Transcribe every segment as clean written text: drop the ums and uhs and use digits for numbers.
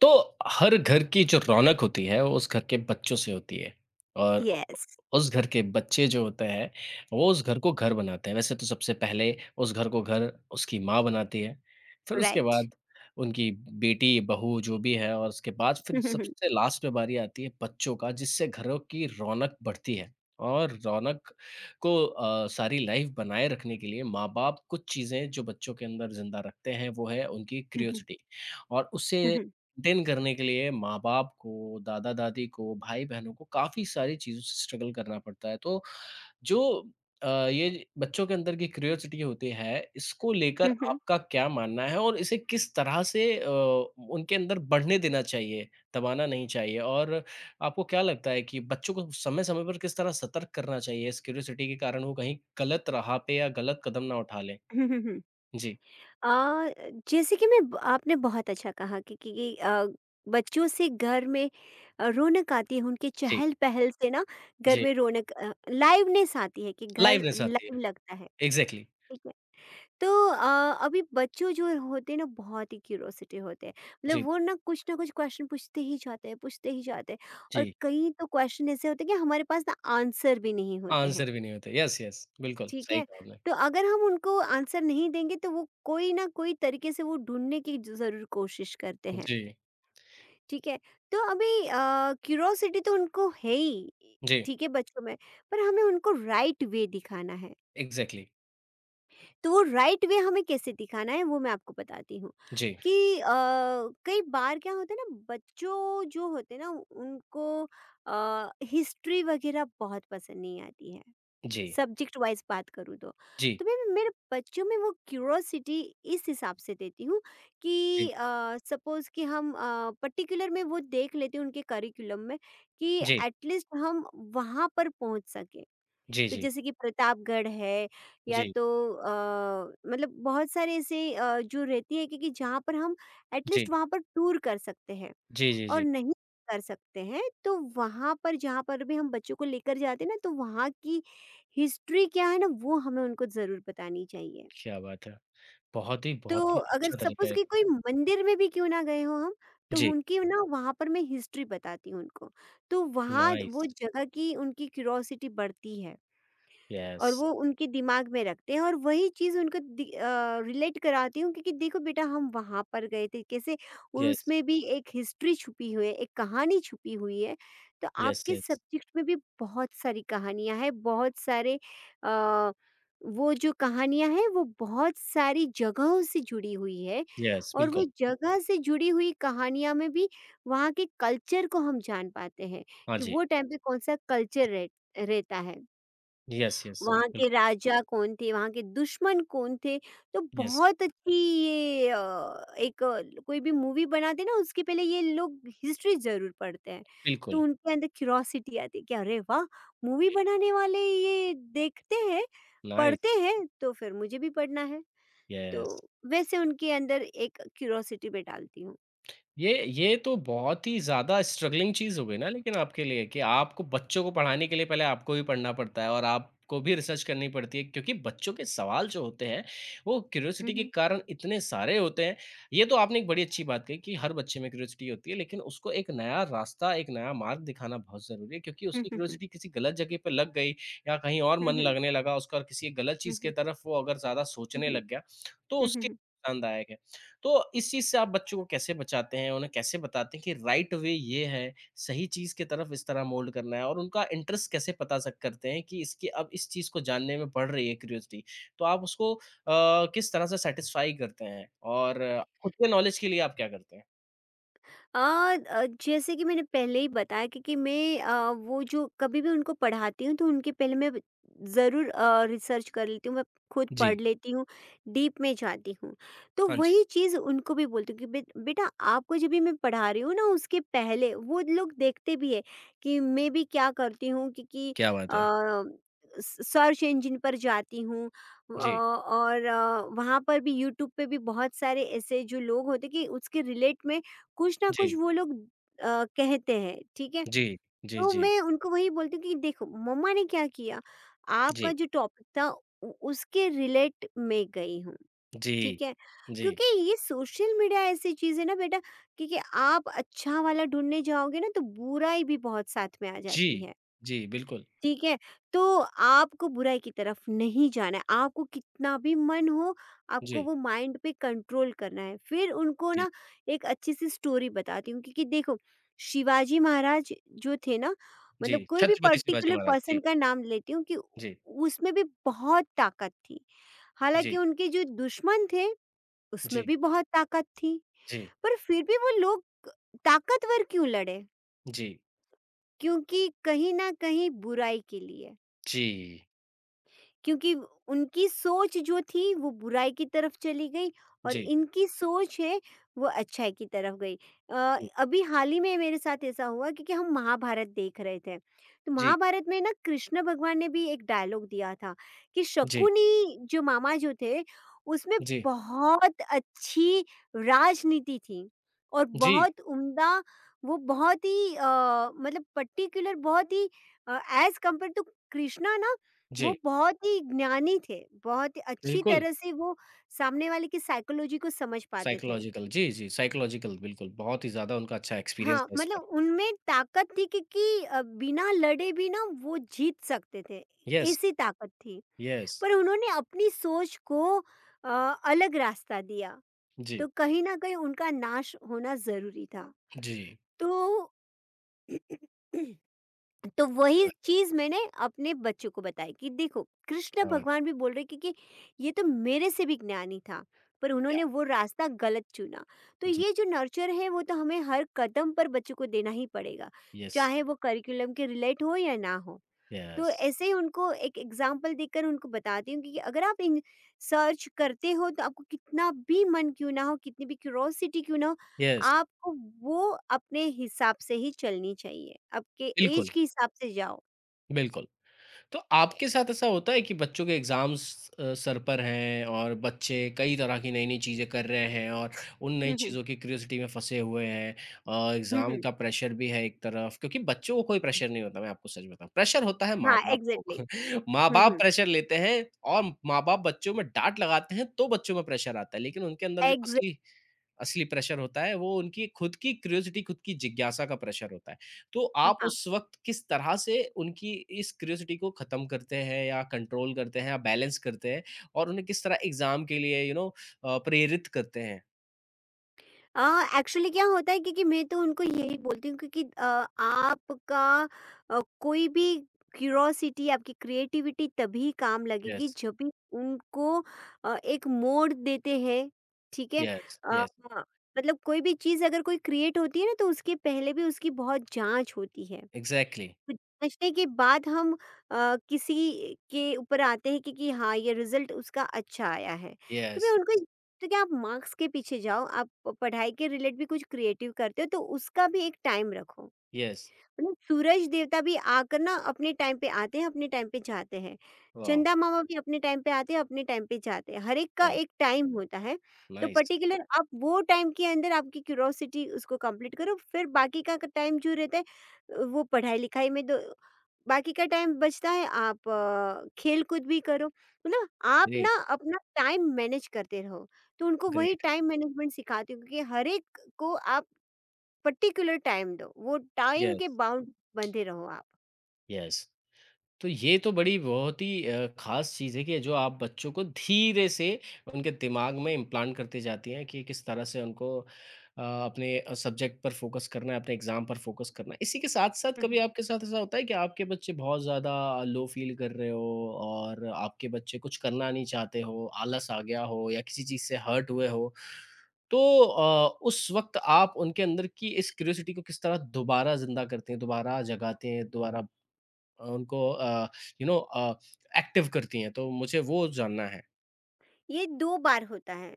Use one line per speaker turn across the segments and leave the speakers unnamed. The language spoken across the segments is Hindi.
तो हर घर की जो रौनक होती है, वो उस घर के बच्चों से होती है और
Yes,
उस घर के बच्चे जो होते हैं, वो उस घर को घर बनाते हैं। वैसे तो सबसे पहले उस घर को घर उसकी माँ बनाती है, फिर उसके
राइट।
बाद उनकी बेटी, बहू जो भी है और उसके बाद फिर सबसे लास्ट में बारी आती है बच्चों का, जिससे घरों की रौनक बढ़ती है। और रौनक को सारी लाइफ़ बनाए रखने के लिए माँ-बाप कुछ चीज़ें जो बच्चों के अंदर ज़िंदा रखते हैं, वो है उनकी क्यूरियोसिटी और उससे मेंटेन करने के लिए माँ-बाप को, दादा-दादी को, भाई-बहनों को काफ़ी सारी चीज़ों से स्ट्रगल करना पड़ता है। तो जो ये बच्चों के अंदर की क्यूरियोसिटी होती है, इसको लेकर आपका क्या मानना है और इसे किस तरह से उनके अंदर बढ़ने देना चाहिए, दबाना नहीं चाहिए? और आपको क्या लगता है कि बच्चों को समय-समय पर किस तरह सतर्क करना चाहिए इस क्यूरियोसिटी के कारण वो कहीं गलत राह पे या गलत कदम ना उठा लें? जी,
आ, जैसे कि आपने बहुत अच्छा कहा कि बच्चों से घर में रौनक आती है उनके
जी,
चहल पहल से ना। घर
जी।
में रौनक, लाइवनेस आती है कि
लाइव
घर
आती है।
लाइव लगता है।
एग्ज़ैक्टली।
ठीक है। तो अभी बच्चों जो होते हैं ना बहुत ही क्यूरोसिटी होते हैं। मतलब
जी,
वो ना कुछ क्वेश्चन पूछते ही जाते हैं पूछते ही जाते हैं। और
जी।
कई तो क्वेश्चन ऐसे होते हैं कि हमारे पास ना आंसर भी नहीं होते हैं।
आंसर भी नहीं होते। यस, यस, बिल्कुल
ठीक
सही
है?
कहा आपने।
तो अगर हम उनको आंसर नहीं देंगे तो वो कोई ना कोई तरीके से वो ढूँढने की ज ज़रूर कोशिश करते हैं,
जी,
ठीक है? तो अभी क्यूरोसिटी तो उनको है ही,
जी,
ठीक है बच्चों में, पर हमें उनको राइट वे दिखाना है।
एग्ज़ैक्टली।
तो वो राइट वे हमें कैसे दिखाना है वो मैं आपको बताती हूँ
जी,
कि कई बार क्या होता है ना बच्चों जो होते हैं ना उनको हिस्ट्री वगैरह बहुत पसंद नहीं आती है।
जी,
सब्जेक्ट वाइज बात करूँ
जी,
तो मैं मेरे बच्चों में वो क्यूरोसिटी इस हिसाब से देती हूँ
जी,
कि सपोज़ कि हम पर्टिकुलर में वो देख लेते हैं उनके करिकुलम में कि
जी,
एटलीस्ट हम वहाँ पर पहुँच सकें।
जी,
तो
जी,
जैसे कि प्रतापगढ़ है या
जी,
तो मतलब बहुत सारे ऐसे जो रहती है क्योंकि जहाँ पर हम
जी,
एटलीस्ट वहाँ पर टूर कर सकते हैं।
जी, जी,
और
जी।
नहीं कर सकते हैं तो वहाँ पर जहाँ पर भी हम बच्चों को लेकर जाते हैं ना तो वहाँ की हिस्ट्री क्या है ना वो हमें उनको ज़रूर बतानी चाहिए।
क्या बात है! बहुत
तो
ही
अगर
अच्छा तरीका है
सपोज़
ये
कि
तो।
कोई मंदिर में भी क्यों ना गए हों हम, तो
जी,
उनकी ना वहाँ पर मैं हिस्ट्री बताती हूँ उनको। तो वहाँ
नाइस।
वो जगह की उनकी क्यूरोसिटी बढ़ती है।
यस,
और वो उनके दिमाग में रखते हैं और वही चीज़ उनको रिलेट कराती हूँ क्योंकि देखो बेटा हम वहाँ पर गए थे कैसे,
यस,
उसमें भी एक हिस्ट्री छुपी हुई है एक कहानी छुपी हुई है। तो
यस,
आपके
यस,
सब्जेक्ट में भी बहुत सारी कहानियाँ हैं बहुत सारे, अ, वो जो कहानियाँ हैं वो बहुत सारी जगहों से जुड़ी हुई है।
यस,
और
बिल्कुल।
वो जगह से जुड़ी हुई कहानियाँ में भी वहाँ के कल्चर को हम जान पाते हैं
हाँ
कि
जी।
वो टाइम पे कौन सा रहता है,
यस, यस,
वहाँ के
बिल्कुल,
राजा कौन थे, वहाँ के दुश्मन कौन थे, तो
यस,
बहुत अच्छी ये एक कोई भी मूवी बनाते ना उसके पहले ये लोग हिस्ट्री ज़रूर पढ़ते हैं। तो
बिल्कुल।
उनके अंदर क्यूरोसिटी आती है कि अरे वाह! मूवी
या
बनाने वाले ये देखते हैं, पढ़ते
नाइस,
हैं, तो फिर मुझे भी पढ़ना है।
यस।
तो वैसे उनके अंदर एक क्यूरोसिटी मैं डालती हूँ।
ये तो बहुत ही ज़्यादा स्ट्रगलिंग चीज़ हो गई ना लेकिन आपके लिए कि आपको बच्चों को पढ़ाने के लिए पहले आपको भी पढ़ना पड़ता है और आपको भी रिसर्च करनी पड़ती है क्योंकि बच्चों के सवाल जो होते हैं वो
हुँ,
क्यूरियोसिटी के
हुँ।
कारण इतने सारे होते हैं। ये तो आपने एक बड़ी अच्छी बात कही कि हर बच्चे में क्यूरियोसिटी होती है लेकिन उसको एक नया रास्ता, एक नया मार्ग दिखाना बहुत ज़रूरी है क्योंकि
हुँ,
उसकी
हुँ, हुँ।
क्यूरियोसिटी किसी गलत जगह पे लग गई या कहीं और
हुँ,
मन
हुँ।
लगने लगा उसका और किसी एक गलत
हुँ,
चीज़ की
हुँ।
तरफ वो अगर ज़्यादा
हुँ,
सोचने
हुँ।
लग गया, तो
हुँ, हुँ,
उसके
हुँ।
नुकसानदायक है। तो इस चीज़ से आप बच्चों को कैसे बचाते हैं? उन्हें कैसे बताते हैं कि राइट वे ये है, सही चीज़ की तरफ इस तरह मोल्ड करना है और उनका इंटरेस्ट कैसे पता सक करते हैं कि इसकी अब इस चीज़ को जानने में बढ़ रही है क्यूरियोसिटी। तो आप उसको किस तरह से सैटिस्फाई करते हैं? और खुद के नॉलेज के लिए आप क्या करते हैं?
जैसे कि मैंने पहले ही बताया क्योंकि मैं वो जो कभी भी उनको पढ़ाती हूँ तो उनके पहले मैं ज़रूर रिसर्च कर लेती हूँ, मैं खुद
जी।
पढ़ लेती हूँ, डीप में जाती हूँ। तो
हाँ जी,
वही चीज़ उनको भी बोलती हूँ कि बेटा आपको जब भी मैं पढ़ा रही हूँ ना उसके पहले वो लोग देखते भी है कि मैं भी क्या करती हूँ, क्योंकि
क्या बात है।
सर्च इंजन पर जाती हूँ
जी,
और वहाँ पर भी यूट्यूब पे भी बहुत सारे ऐसे जो लोग होते कि उसके रिलेट में कुछ ना कुछ
जी,
वो लोग कहते हैं, ठीक है?
जी, जी,
तो
जी,
मैं उनको वही बोलती हूँ कि देखो मम्मा ने क्या किया,
जी,
आपका जो टॉपिक था उ उसके रिलेट मैं गई हूँ,
जी,
ठीक है?
जी,
क्योंकि ये सोशल मीडिया ऐसी चीज़ है ना बेटा, क्योंकि आप अच्छा वाला ढूँढने जाओगे ना तो बुराई भी बहुत साथ में आ
जी,
जाती है।
जी, बिल्कुल।
ठीक है? तो आपको बुराई की तरफ नहीं जाना है, आपको कितना भी मन हो, आपको
जी,
वो माइंड पे कंट्रोल करना है। फिर उनको
जी,
ना एक अच्छी सी स्टोरी बताती हूँ क्योंकि देखो, शिवाजी महाराज जो थे ना,
जी,
मतलब कोई भी
छत्रपति शिवाजी
पर्टिकुलर
महाराज।
पर्सन
जी,
का नाम लेती हूँ कि
जी,
उसमें भी बहुत ताकत थी। हालाँकि
जी,
उनके जो दुश्मन थे, उसमें
जी,
भी बहुत ताकत थी।
जी।
पर फिर भी वो लोग ताकतवर क्यों लड़े?
जी,
क्योंकि कहीं न कहीं बुराई के लिए।
जी,
क्योंकि उनकी सोच जो थी वो बुराई की तरफ चली गई, और
जी,
इनकी सोच है वो अच्छाई की तरफ गई।
जी,
अभी हाल ही में मेरे साथ ऐसा हुआ क्योंकि हम महाभारत देख रहे थे, तो
जी,
महाभारत में ना कृष्ण भगवान ने भी एक डायलॉग दिया था कि
जी,
शकुनी जो मामा जो थे उसमें
जी,
बहुत अच्छी राजनीति थी और
जी,
बहुत उम्दा, वो बहुत ही मतलब पर्टिकुलर बहुत ही एज कंपेयर टू कृष्णा ना वो
जी,
बहुत ही ज्ञानी थे, बहुत ही अच्छी
बिल्कुल
तरह से वो सामने वाले की साइकोलॉजी को समझ पाते थे।
साइकोलॉजिकल जी, जी, साइकोलॉजिकल बिल्कुल, बहुत ही ज़्यादा उनका अच्छा एक्सपीरियंस
हाँ,
था इस पर।
मतलब उनमें ताकत थी क्योंकि बिना लड़े भी ना वो जीत सकते थे,
यस,
ऐसी ताकत थी।
यस,
पर उन्होंने अपनी सोच को अ, अलग रास्ता दिया,
जी,
तो कहीं न कहीं उनका नाश होना ज़रूरी था।
जी,
तो तो
कोई
वही
बात
चीज मैंने अपने बच्चों को बताई कि देखो
नहीं,
कृष्ण
क्या बात है,
भगवान भी बोल रहे कि ये तो मेरे से भी ज्ञानी था पर
या
उन्होंने वो रास्ता गलत चुना। तो
जी,
ये जो नर्चर है वो तो हमें हर कदम पर बच्चों को देना ही पड़ेगा,
यस,
चाहे वो करिकुलम के रिलेट हो या ना हो। तो
यस,
ऐसे ही उनको एक एग्जाम्पल देकर उनको बताती हूँ कि अगर आप इन सर्च करते हो तो आपको कितना भी मन क्यों ना हो, कितनी भी क्यूरोसिटी क्यों ना हो,
यस,
आपको वो अपने हिसाब से ही चलनी चाहिए, आपके एज
बिल्कुल,
के हिसाब से जाओ।
बिल्कुल। तो आपके साथ ऐसा होता है कि बच्चों के एग्ज़ाम्स सर पर हैं और बच्चे कई तरह की नई-नई चीज़ें कर रहे हैं और उन नई
हम्म,
चीज़ों की क्यूरियोसिटी में फँसे हुए हैं और
हम्म।
एग्ज़ाम
हम्म,
का प्रेशर भी है एक तरफ क्योंकि बच्चों को कोई
हम्म।
प्रेशर नहीं होता, मैं आपको सच बताऊँ। प्रेशर होता है
हाँ,
माँ-बाप को।
एग्जैक्टली। हम्म,
माँ-बाप
हम्म।
प्रेशर लेते हैं और माँ-बाप बच्चों में डाँट लगाते हैं, तो बच्चों में प्रेशर आता है। लेकिन उनके अंदर जो
एग्जैक्ट।
असली असली प्रेशर होता है, वो उनकी खुद की क्यूरियोसिटी, खुद की जिज्ञासा का प्रेशर होता है। तो आप उस वक़्त किस तरह से उनकी इस क्यूरियोसिटी को ख़त्म करते हैं या कंट्रोल करते हैं या बैलेंस करते हैं और उन्हें किस तरह एग्ज़ाम के लिए प्रेरित करते हैं?
अ, एक्चुअली क्या होता है क्योंकि मैं तो उनको यही बोलती हूँ क्योंकि आपका कोई भी क्यूरोसिटी आपकी क्रिएटिविटी तभी काम लगेगी
यस,
जब भी उनको एक मोड़ देते हैं, ठीक है।
यस,
अ,
यस,
मतलब कोई भी चीज़ अगर कोई क्रिएट होती है ना तो उसके पहले भी उसकी बहुत जांच होती है।
एग्ज़ैक्टली।
कुछ समझने के बाद हम किसी के ऊपर आते हैं कि हाँ ये रिजल्ट उसका अच्छा आया है। तो मैं
यस,
उनको तो क्या आप मार्क्स के पीछे जाओ, आप पढ़ाई के रिलेट भी कुछ क्रिएटिव करते हो तो उसका भी एक टाइम रखो।
यस,
मतलब सूरज देवता भी आकर ना अपने टाइम पे आते हैं अपने टाइम पे जाते हैं,
वाओ!
चंदा मामा भी अपने टाइम पे आते हैं अपने टाइम पे जाते हैं, हर एक का
वाओ!
एक टाइम होता है। तो
नाइस,
पर्टिकुलर आप वो टाइम के अंदर आपकी क्यूरोसिटी उसको कंप्लीट करो, फिर बाकी का टाइम जो रहता है वो पढ़ाई लिखाई में दो। बाकी का टाइम बचता है आप खेल-कूद भी करो, मतलब आप
ग्रेट,
ना अपना टाइम मैनेज करते रहो। तो उनको वही
ग्रेट।
टाइम मैनेजमेंट सिखाती हूँ क्योंकि हर एक को आप पर्टिकुलर टाइम दो, वो टाइम के
यस,
बाउंड बंधे रहो आप।
यस। तो ये तो बड़ी बहुत ही ख़ास चीज़ है कि जो आप बच्चों को धीरे से उनके दिमाग में इम्प्लांट करते जाती हैं कि किस तरह से उनको अपने सब्जेक्ट पर फ़ोकस करना है, अपने एग्ज़ाम पर फ़ोकस करना है। इसी के साथ-साथ
हुँ,
कभी
हुँ।
आपके साथ ऐसा होता है कि आपके बच्चे बहुत ज़्यादा लो फ़ील कर रहे हो और आपके बच्चे कुछ करना नहीं चाहते हो, आलस आ गया हो या किसी चीज़ से हर्ट हुए हो? तो उस वक़्त आप उनके अंदर की इस क्यूरियोसिटी को किस तरह दोबारा ज़िंदा करते हैं, दोबारा जगाते हैं, दोबारा उनको यू नो अ, एक्टिव करती हैं, तो मुझे वो जानना है।
ये 2 बार होता है।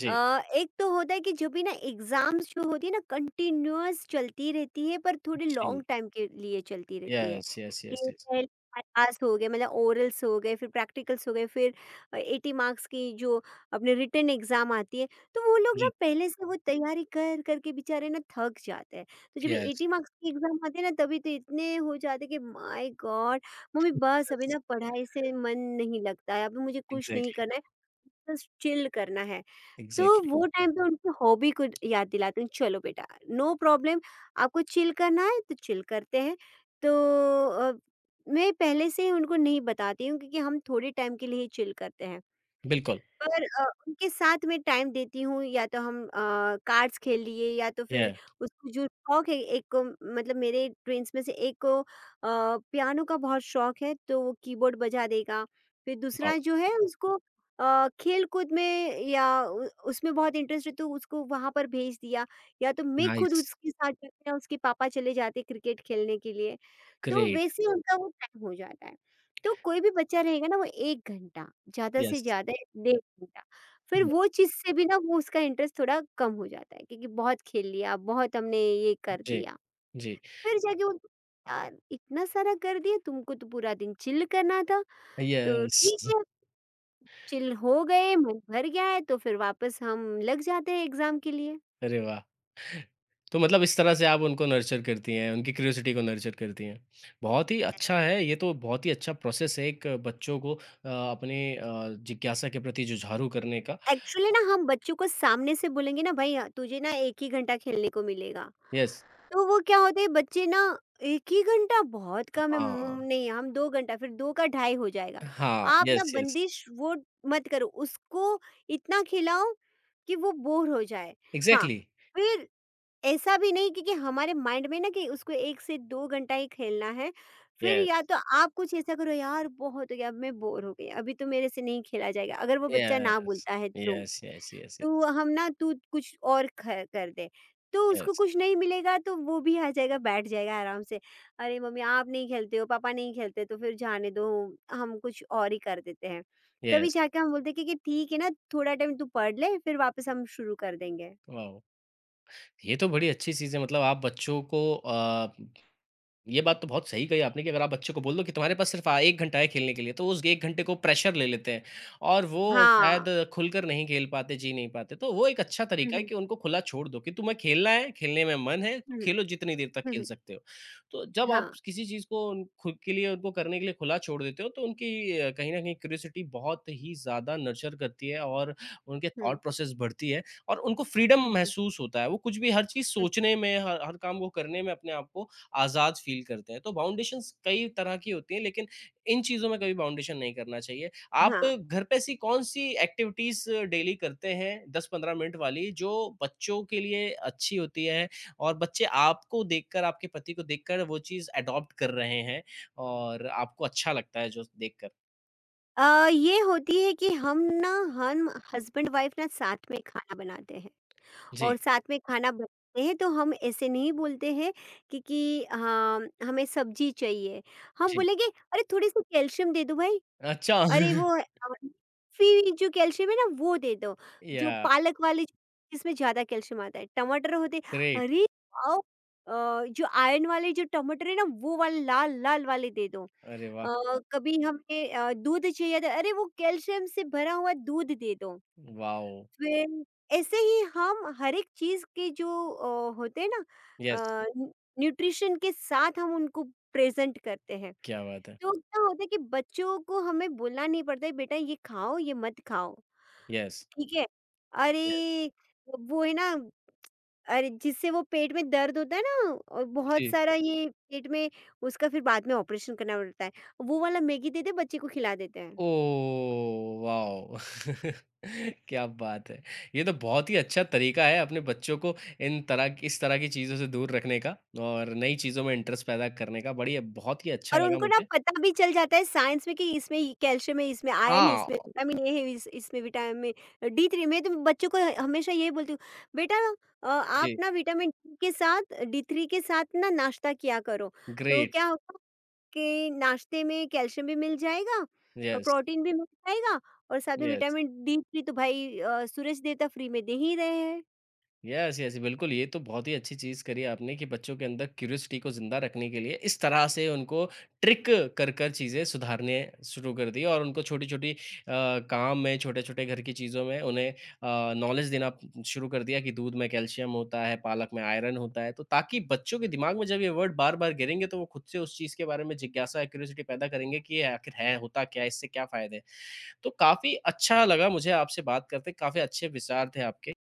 जी,
एक तो होता है कि जो भी ना एग्ज़ाम्स जो होती है ना कंटिन्यूअस चलती रहती है पर थोड़ी लॉन्ग
जी।
टाइम के लिए चलती रहती है।
यस, यस,
कि
यस, यस।
पहले पास हो गए, मतलब ओरल्स हो गए फिर प्रैक्टिकल्स हो गए फिर 80 मार्क्स की जो अपने रिटन एग्ज़ाम आती है, तो वो लोग ना
जी,
पहले से वो तैयारी कर कर के बेचारे ना थक जाते हैं। तो जब ये
यस,
80 मार्क्स की एग्ज़ाम आती है ना तभी तो इतने हो जाते हैं कि माय गॉड! मम्मी बस अभी
यस।
ना पढ़ाई से मन नहीं लगता है, अभी मुझे कुछ नहीं
एग्ज़ैक्टली,
करना है, बस चिल करना है। तो
एग्ज़ैक्टली।
वो टाइम पे उनकी हॉबी को याद दिलाते हैं, चलो बेटा, नो प्रॉब्लम, आपको चिल करना है तो चिल करते हैं। तो अ, मैं पहले से ही उनको नहीं बताती हूँ क्योंकि हम थोड़े टाइम के लिए ही चिल करते हैं।
बिल्कुल।
पर उनके साथ में टाइम देती हूँ, या तो हम कार्ड्स खेल लिए या तो
या
फिर उसको जो शौक है एक को, मतलब मेरे ट्विन्स में से एक को पियानो का बहुत शौक है तो वो कीबोर्ड बजा देगा। फिर
वाओ!
दूसरा जो है उसको खेल-कूद में या उ उसमें बहुत इंटरेस्ट है तो उसको वहाँ पर भेज दिया, या तो मैं खुद
नाइस,
उसके साथ जाती या उसके पापा चले जाते क्रिकेट खेलने के लिए। तो
ग्रेट,
वैसे उनका वो टाइम हो जाता है। तो कोई भी बच्चा रहेगा ना वो 1 घंटा, ज़्यादा से
यस।
ज़्यादा डेढ़ घंटा, फिर
या
वो चीज़ से भी ना वो उसका इंटरेस्ट थोड़ा कम हो जाता है क्योंकि बहुत खेल लिया, बहुत हमने ये कर
जी,
दिया।
जी।
फिर जाके वो, यार इतना सारा कर दिया, तुमको तो पूरा दिन चिल करना था, तो
यस।
ठीक है चिल हो गए, मन भर गया है तो फिर वापस हम लग जाते हैं एग्ज़ाम के लिए।
अरे वाह! तो मतलब इस तरह से आप उनको नर्चर करती हैं, उनकी क्यूरियोसिटी को नर्चर करती हैं। बहुत ही अच्छा है, ये तो बहुत ही अच्छा प्रोसेस है एक बच्चों को अपने जिज्ञासा के प्रति जुझारू करने का।
एक्चुअली ना हम बच्चों को सामने से बोलेंगे ना भाई तुझे ना 1 ही घंटा खेलने को मिलेगा।
यस।
तो वो क्या होता है बच्चे ना 1 ही घंटा बहुत कम है,
हाँ।
मम नहीं हम 2 घंटा, फिर 2 का ढाई हो जाएगा।
हाँ,
आप ना
यस, यस,
बंदिश वो मत करो, उसको इतना खिलाओ कि वो बोर हो जाए। हाँ,
एक्जेक्टली,
फिर ऐसा भी नहीं कि हमारे माइंड में ना कि उसको 1 से 2 घंटा ही खेलना है। फिर या
यस,
तो आप कुछ ऐसा करो, यार बहुत हो गया अब मैं बोर हो गई, अभी तो मेरे से नहीं खेला जाएगा, अगर वो बच्चा ना
यस,
बोलता है तो।
यस, यस, यस,
तू
यस,
हम ना तू कुछ और ख कर दे। तो उसको
यस,
कुछ नहीं मिलेगा तो वो भी आ जाएगा, बैठ जाएगा आराम से। अरे मम्मी आप नहीं खेलते हो, पापा नहीं खेलते तो फिर जाने दो, हम कुछ और ही कर देते हैं। तभी
यस
जाके हम बोलते हैं कि ठीक है ना थोड़ा टाइम तू पढ़ ले फिर वापस हम शुरू कर देंगे।
वाह, ये तो बड़ी अच्छी सीज़न है मतलब आप बच्चों को ये बात तो बहुत सही कही आपने कि अगर आप बच्चे को बोल दो कि तुम्हारे पास सिर्फ आ 1 घंटा है खेलने के लिए, तो उस 1 घंटे को प्रेशर ले लेते हैं और वो शायद
हाँ।
खुलकर नहीं खेल पाते, जी नहीं पाते। तो वो एक अच्छा
हुँ,
तरीका है
हुँ,
कि उनको खुला छोड़ दो कि तुम्हें खेलना है, खेलने में मन है, तो
हुँ, हुँ,
खेलो जितनी देर तक
हुँ,
खेल
हुँ।
सकते हो। तो जब आप
हाँ।
किसी चीज़ को उन खुद के लिए उनको करने के लिए खुला छोड़ देते हो, तो उनकी कहीं न कहीं क्यूरियोसिटी बहुत ही ज़्यादा नर्चर करती है और उनके
हुँ,
थॉट प्रोसेस बढ़ती है और उनको फ्रीडम
हुँ, हुँ,
महसूस होता है। वो कुछ भी हर चीज़
हुँ।
सोचने में, हर हर काम को करने में अपने आप को आज़ाद फ़ील करते हैं। तो बाउंडेशंस कई तरह की होती हैं लेकिन इन चीज़ों में कभी बाउंडेशन नहीं करना चाहिए। आप
हाँ।
घर पे ऐसी कौन-सी एक्टिविटीज़ डेली करते हैं 10-15 मिनट वाली जो बच्चों के लिए अच्छी होती है और बच्चे आपको देखकर, आपके पति को देखकर वो चीज़ एडॉप्ट कर रहे हैं और आपको अच्छा लगता है जो देखकर?
ये होती है कि हम हस्बैंड वाइफ ना साथ में खाना बनाते हैं।
जी,
और साथ में खाना बनाते हैं तो हम ऐसे नहीं बोलते हैं कि हाँ, हमें सब्जी चाहिए। हम
जी।
बोलेंगे अरे थोड़ी-सी कैल्शियम दे दो भाई।
अच्छा।
अरे वो फी जो कैल्शियम है ना वो दे दो। जो
या
पालक वाली जो- जिसमें ज़्यादा कैल्शियम आता है। टमाटर होते,
ग्रेट!
अरे वाओ! जो आयरन वाले जो टमाटर है ना वो वाले लाल-लाल वाले दे दो।
अरे वाह!
अ, कभी हमें दूध चाहिए था, अरे वो कैल्शियम से भरा हुआ दूध दे दो।
वॉव!
फिर ऐसे ही हम हर एक चीज़ के जो होते हैं ना,
येस,
अ, न्यू न्यूट्रिशन के साथ हम उनको प्रेज़ेंट करते हैं।
क्या बात है।
तो क्या होता है कि बच्चों को हमें बोलना नहीं पड़ता है बेटा ये खाओ, ये मत खाओ,
येस,
ठीक है।
येस।
अरे! वो है ना अरे जिससे वो पेट में दर्द होता है ना और बहुत
जी।
सारा ये पेट में, उसका फिर बाद में ऑपरेशन करना पड़ता है। वो वाला मैगी दे दे बच्चे को खिला देते हैं।
ओह! वॉव! क्या बात है! ये तो बहुत ही अच्छा तरीका है अपने बच्चों को इन तरह इस तरह की चीज़ों से दूर रखने का और नई चीज़ों में इंटरेस्ट पैदा करने का। बढ़िया बहुत ही अच्छा
और
लगा
उनको ना
मुझे।
पता भी चल जाता है साइंस में कि इसमें ये कैल्शियम है, इसमें आयरन है,
हाँ,
इसमें विटामिन ए है, इस इसमें विटामिन डी3, मैं तो बच्चों को हमेशा यही बोलती हूँ, बेटा आप
जी,
ना विटामिन डी के साथ डी3 के साथ ना नाश्ता किया करो। तो
ग्रेट।
क्या होगा कि नाश्ते में कैल्शियम भी मिल जाएगा और
यस,
प्रोटीन भी मिल जाएगा और साथ में
यस।
विटामिन डी थ्री, तो भाई सूरज देवता फ्री में दे ही रहे हैं।
यस, यस, बिल्कुल, ये तो बहुत ही अच्छी चीज़ करी आपने कि बच्चों के अंदर क्यूरियोसिटी को ज़िंदा रखने के लिए इस तरह से उनको ट्रिक कर कर चीज़ें सुधारने शुरू कर दी और उनको छोटी-छोटी काम में, छोटे-छोटे घर की चीज़ों में उन्हें नॉलेज देना शुरू कर दिया कि दूध में कैल्शियम होता है, पालक में आयरन होता है, तो ताकि बच्चों के दिमाग में जब ये वर्ड बार-बार गिरेंगे तो वो खुद से उस चीज़ के बारे में जिज्ञासा, क्यूरियोसिटी पैदा करेंगे कि ये आखिर है, होता क्या है, इससे क्या फ़ायदे हैं। तो काफ़ी अच्छा लगा मुझे आपसे बात करके, काफ़ी अच्छे विचार थे आपके।